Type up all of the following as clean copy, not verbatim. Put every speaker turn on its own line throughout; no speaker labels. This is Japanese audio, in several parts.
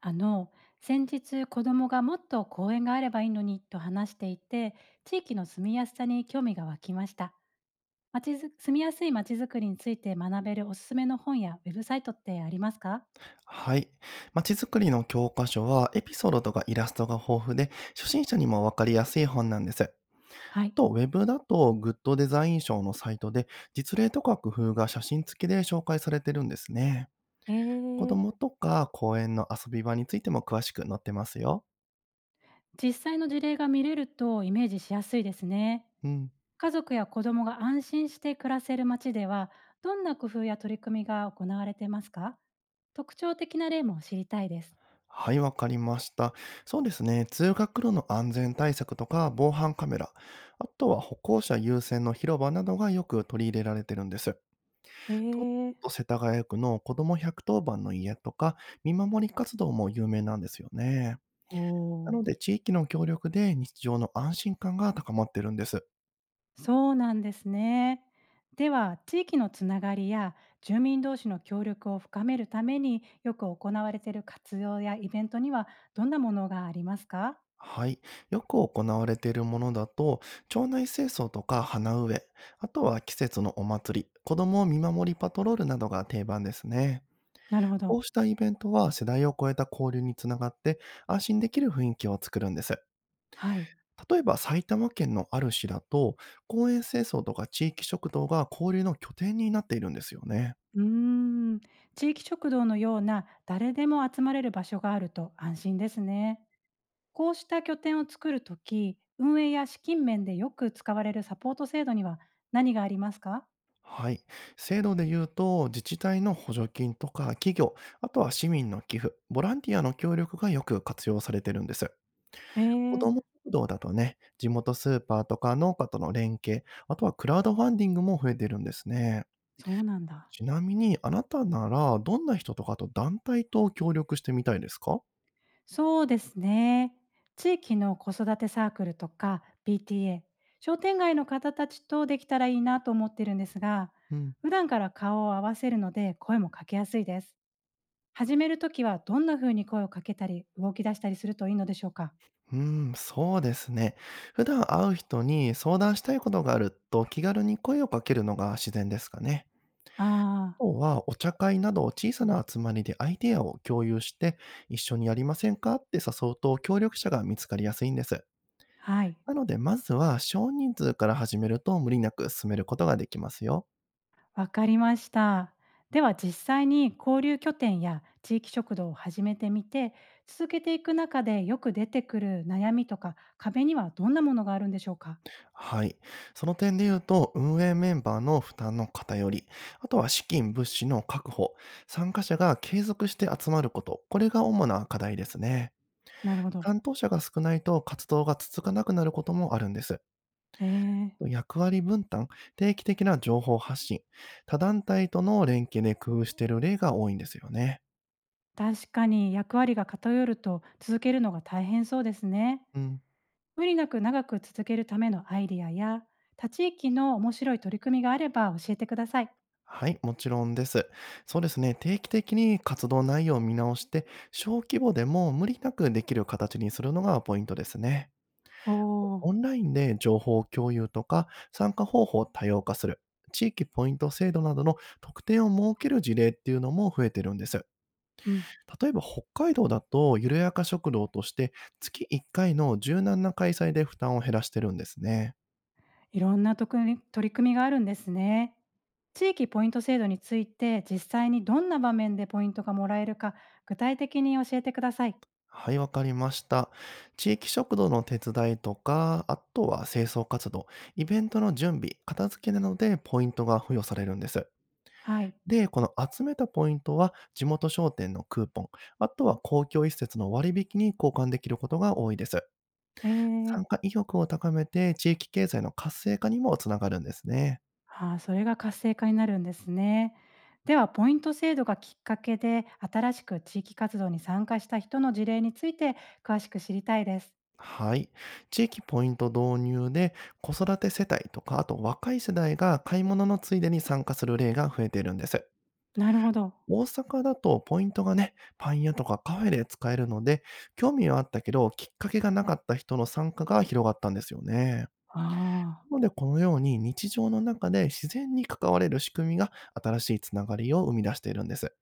あの先日子供がもっと公園があればいいのにと話していて、地域の住みやすさに興味が湧きました。まちづ住みやすいまちづくりについて学べるおすすめの本やウェブサイトってありますか？
はい。まちづくりの教科書はエピソードとかイラストが豊富で、初心者にもわかりやすい本なんです。
は
あ
い。
と、ウェブだとグッドデザイン賞のサイトで、実例とか工夫が写真付きで紹介されてるんですね。
え
子
ー、
供とか公園の遊び場についても詳しく載ってますよ。
実際の事例が見れるとイメージしやすいですね。
うん。
家族や子供が安心して暮らせる街では、どんな工夫や取り組みが行われてますか？特徴的な例も知りたいです。
はい、わかりました。そうですね。通学路の安全対策とか防犯カメラ、あとは歩行者優先の広場などがよく取り入れられてるんです。
え
東
ー、
京都世田谷区の子ども110番の家とか、見守り活動も有名なんですよね。
お
な
ー。
ので、地域の協力で日常の安心感が高まってるんです。
そうなんですね。では、地域のつながりや住民同士の協力を深めるために、よく行われている活用やイベントにはどんなものがありますか？
はい。よく行われているものだと、町内清掃とか花植え、あとは季節のお祭り、子供見守りパトロールなどが定番ですね。
なるほ
こ
ど。
うしたイベントは世代を超えた交流につながって安心できる雰囲気を作るんです。
はい。
例えば埼玉県のある市だと、公園清掃とか地域食堂が交流の拠点になっているんですよね。
うーん。地域食堂のような誰でも集まれる場所があると安心ですね。こうした拠点を作るとき、運営や資金面でよく使われるサポート制度には何がありますか？
はい。制度で言うと、自治体の補助金とか企業、あとは市民の寄付、ボランティアの協力がよく活用されてるんです。
へ
子
え、
ども食堂だとね、地元スーパーとか農家との連携、あとはクラウドファンディングも増えてるんですね。
そうなんだ。
ちなみに、あなたならどんな人とかと団体と協力してみたいですか？
そうですね。地域の子育てサークルとか b t a 商店街の方たちとできたらいいなと思ってるんですが、
うん。
普段から顔を合わせるので声もかけやすいです。始めるときはどんな風に声をかけたり動き出したりするといいのでしょうか？
うーそうですね。普段会う人に相談したいことがあると気軽に声をかけるのが自然ですかね。あ
ああ。
とはお茶会など小さな集まりでアイデアを共有して一緒にやりませんかって誘うと協力者が見つかりやすいんです。
はい、
なのでまずは少人数から始めると無理なく進めることができますよ。
わかりました。では実際に交流拠点や地域食堂を始めてみて、続けていく中でよく出てくる悩みとか壁にはどんなものがあるんでしょうか？
はい。その点で言うと、運営メンバーの負担の偏り、あとは資金、物資の確保、参加者が継続して集まること、これが主な課題ですね。
なるほど。
担当者が少ないと活動が続かなくなることもあるんです。
ええ、
役割分担、定期的な情報発信、他団体との連携で工夫している例が多いんですよね。
確かに役割が偏ると続けるのが大変そうですね。
うん。
無理なく長く続けるためのアイディアや、他地域の面白い取り組みがあれば教えてください。
はい、もちろんです。そうですね、定期的に活動内容を見直して、小規模でも無理なくできる形にするのがポイントですね。
おお、
オンラインで情報共有とか、参加方法を多様化する、地域ポイント制度などの特典を設ける事例っていうのも増えてるんです。
うん、
例えば北海道だと、ゆるやか食堂として月1回の柔軟な開催で負担を減らしてるんですね。
いろんなとくみ取り組みがあるんですね。地域ポイント制度について、実際にどんな場面でポイントがもらえるか具体的に教えてください。
はい、わかりました。地域食堂の手伝いとか、あとは清掃活動、イベントの準備、片付けなどでポイントが付与されるんです。
はい。
で、この集めたポイントは地元商店のクーポン、あとは公共施設の割引に交換できることが多いです。
ええ。
参加意欲を高めて地域経済の活性化にもつながるんですね。
ああ、それが活性化になるんですね。では、ポイント制度がきっかけで、新しく地域活動に参加した人の事例について詳しく知りたいです。
はい。地域ポイント導入で子育て世帯とか、あと若い世代が買い物のついでに参加する例が増えているんです。
なるほど。
大阪だとポイントがね、パン屋とかカフェで使えるので、興味はあったけど、きっかけがなかった人の参加が広がったんですよね。
ああ、
なので、このように日常の中で自然に関われる仕組みが新しいつながりを生み出しているんです。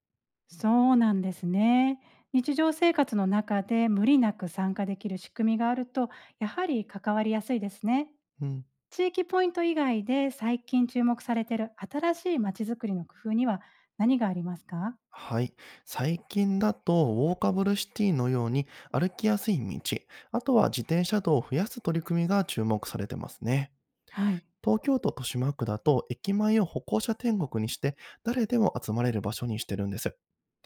そうなんですね。日常生活の中で無理なく参加できる仕組みがあると、やはり関わりやすいですね。
うん。
地域ポイント以外で最近注目されている新しいまちづくりの工夫には何がありますか？
はい。最近だと、ウォーカブルシティのように歩きやすい道、あとは自転車道を増やす取り組みが注目されてますね。
はい。
東京都豊島区だと、駅前を歩行者天国にして、誰でも集まれる場所にしてるんです。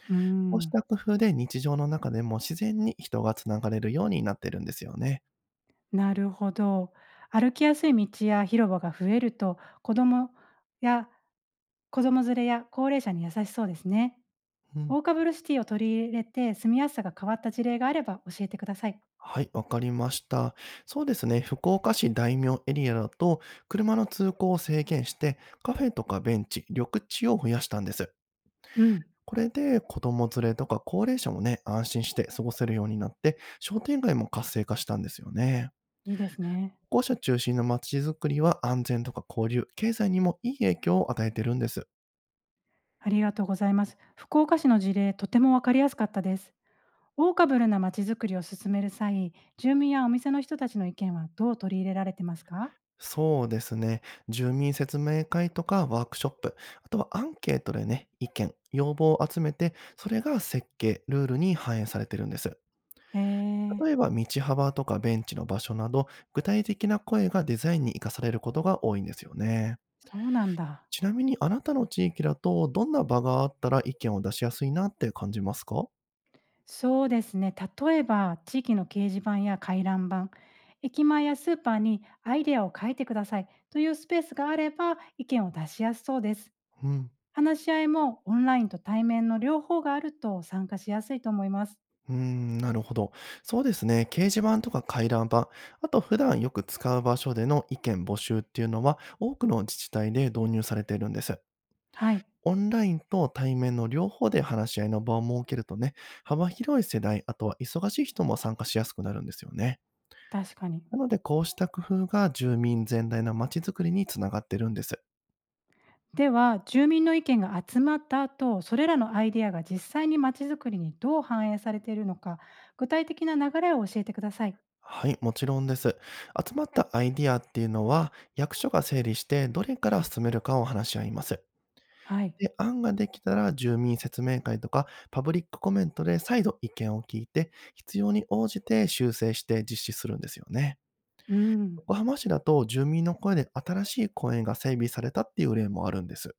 うー
こうし
ん。
た工夫で日常の中でも自然に人がつながれるようになってるんですよね。
なるほど。歩きやすい道や広場が増えると、子供や子供連れや高齢者に優しそうですね。
うん。
オーカブルシティを取り入れて住みやすさが変わった事例があれば教えてください。
はい、わかりました。そうですね、福岡市大名エリアだと、車の通行を制限して、カフェとかベンチ、緑地を増やしたんです。
うん、
これで子供連れとか高齢者もね、安心して過ごせるようになって、商店街も活性化したんですよね。
いいですね。
歩行者中心の街づくりは安全とか交流、経済にもいい影響を与えてるんです。
ありがとうございます。福岡市の事例、とてもわかりやすかったです。オーカブルな街づくりを進める際、住民やお店の人たちの意見はどう取り入れられてますか？
そうですね。住民説明会とかワークショップ、あとはアンケートでね、意見、要望を集めて、それが設計、ルールに反映されてるんです。
えー、
例えば、道幅とかベンチの場所など、具体的な声がデザインに生かされることが多いんですよね。
そうなんだ。
ちなみに、あなたの地域だと、どんな場があったら意見を出しやすいなって感じますか？
そうですね。例えば、地域の掲示板や回覧板、駅前やスーパーにアイデアを書いてくださいというスペースがあれば意見を出しやすそうです。
うん。
話し合いもオンラインと対面の両方があると参加しやすいと思います。
なるほど。そうですね。掲示板とか回覧板、あと普段よく使う場所での意見募集っていうのは多くの自治体で導入されているんです。
はい、
オンラインと対面の両方で話し合いの場を設けるとね、幅広い世代、あとは忙しい人も参加しやすくなるんですよね。
確かに。
なのでこうした工夫が住民全体の街づくりにつながってるんです。
では、住民の意見が集まった後、それらのアイデアが実際にまちづくりにどう反映されているのか、具体的な流れを教えてください。
はい、もちろんです。集まったアイディアっていうのは役所が整理してどれから進めるかを話し合います。
はい。
で、案ができたら住民説明会とかパブリックコメントで再度意見を聞いて、必要に応じて修正して実施するんですよね。
うん。
横浜市だと住民の声で新しい公園が整備されたっていう例もあるんです。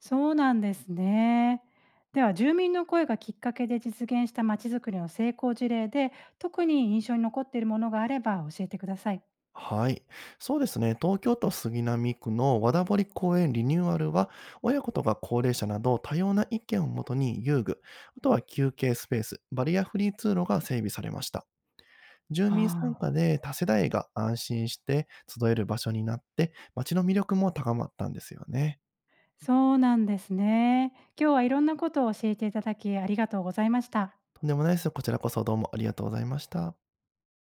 そうなんですね。では、住民の声がきっかけで実現したまちづくりの成功事例で、特に印象に残っているものがあれば教えてください。
はい。そうですね。東京都杉並区の和田堀公園リニューアルは、親子とか高齢者など多様な意見をもとに遊具、あとは休憩スペース、バリアフリー通路が整備されました。住民参
あ
加
あ、
で多世代が安心して集える場所になって、街の魅力も高まったんですよね。
そうなんですね。今日はいろんなことを教えていただきありがとうございました。
とんでもないです。こちらこそどうもありがとうございました。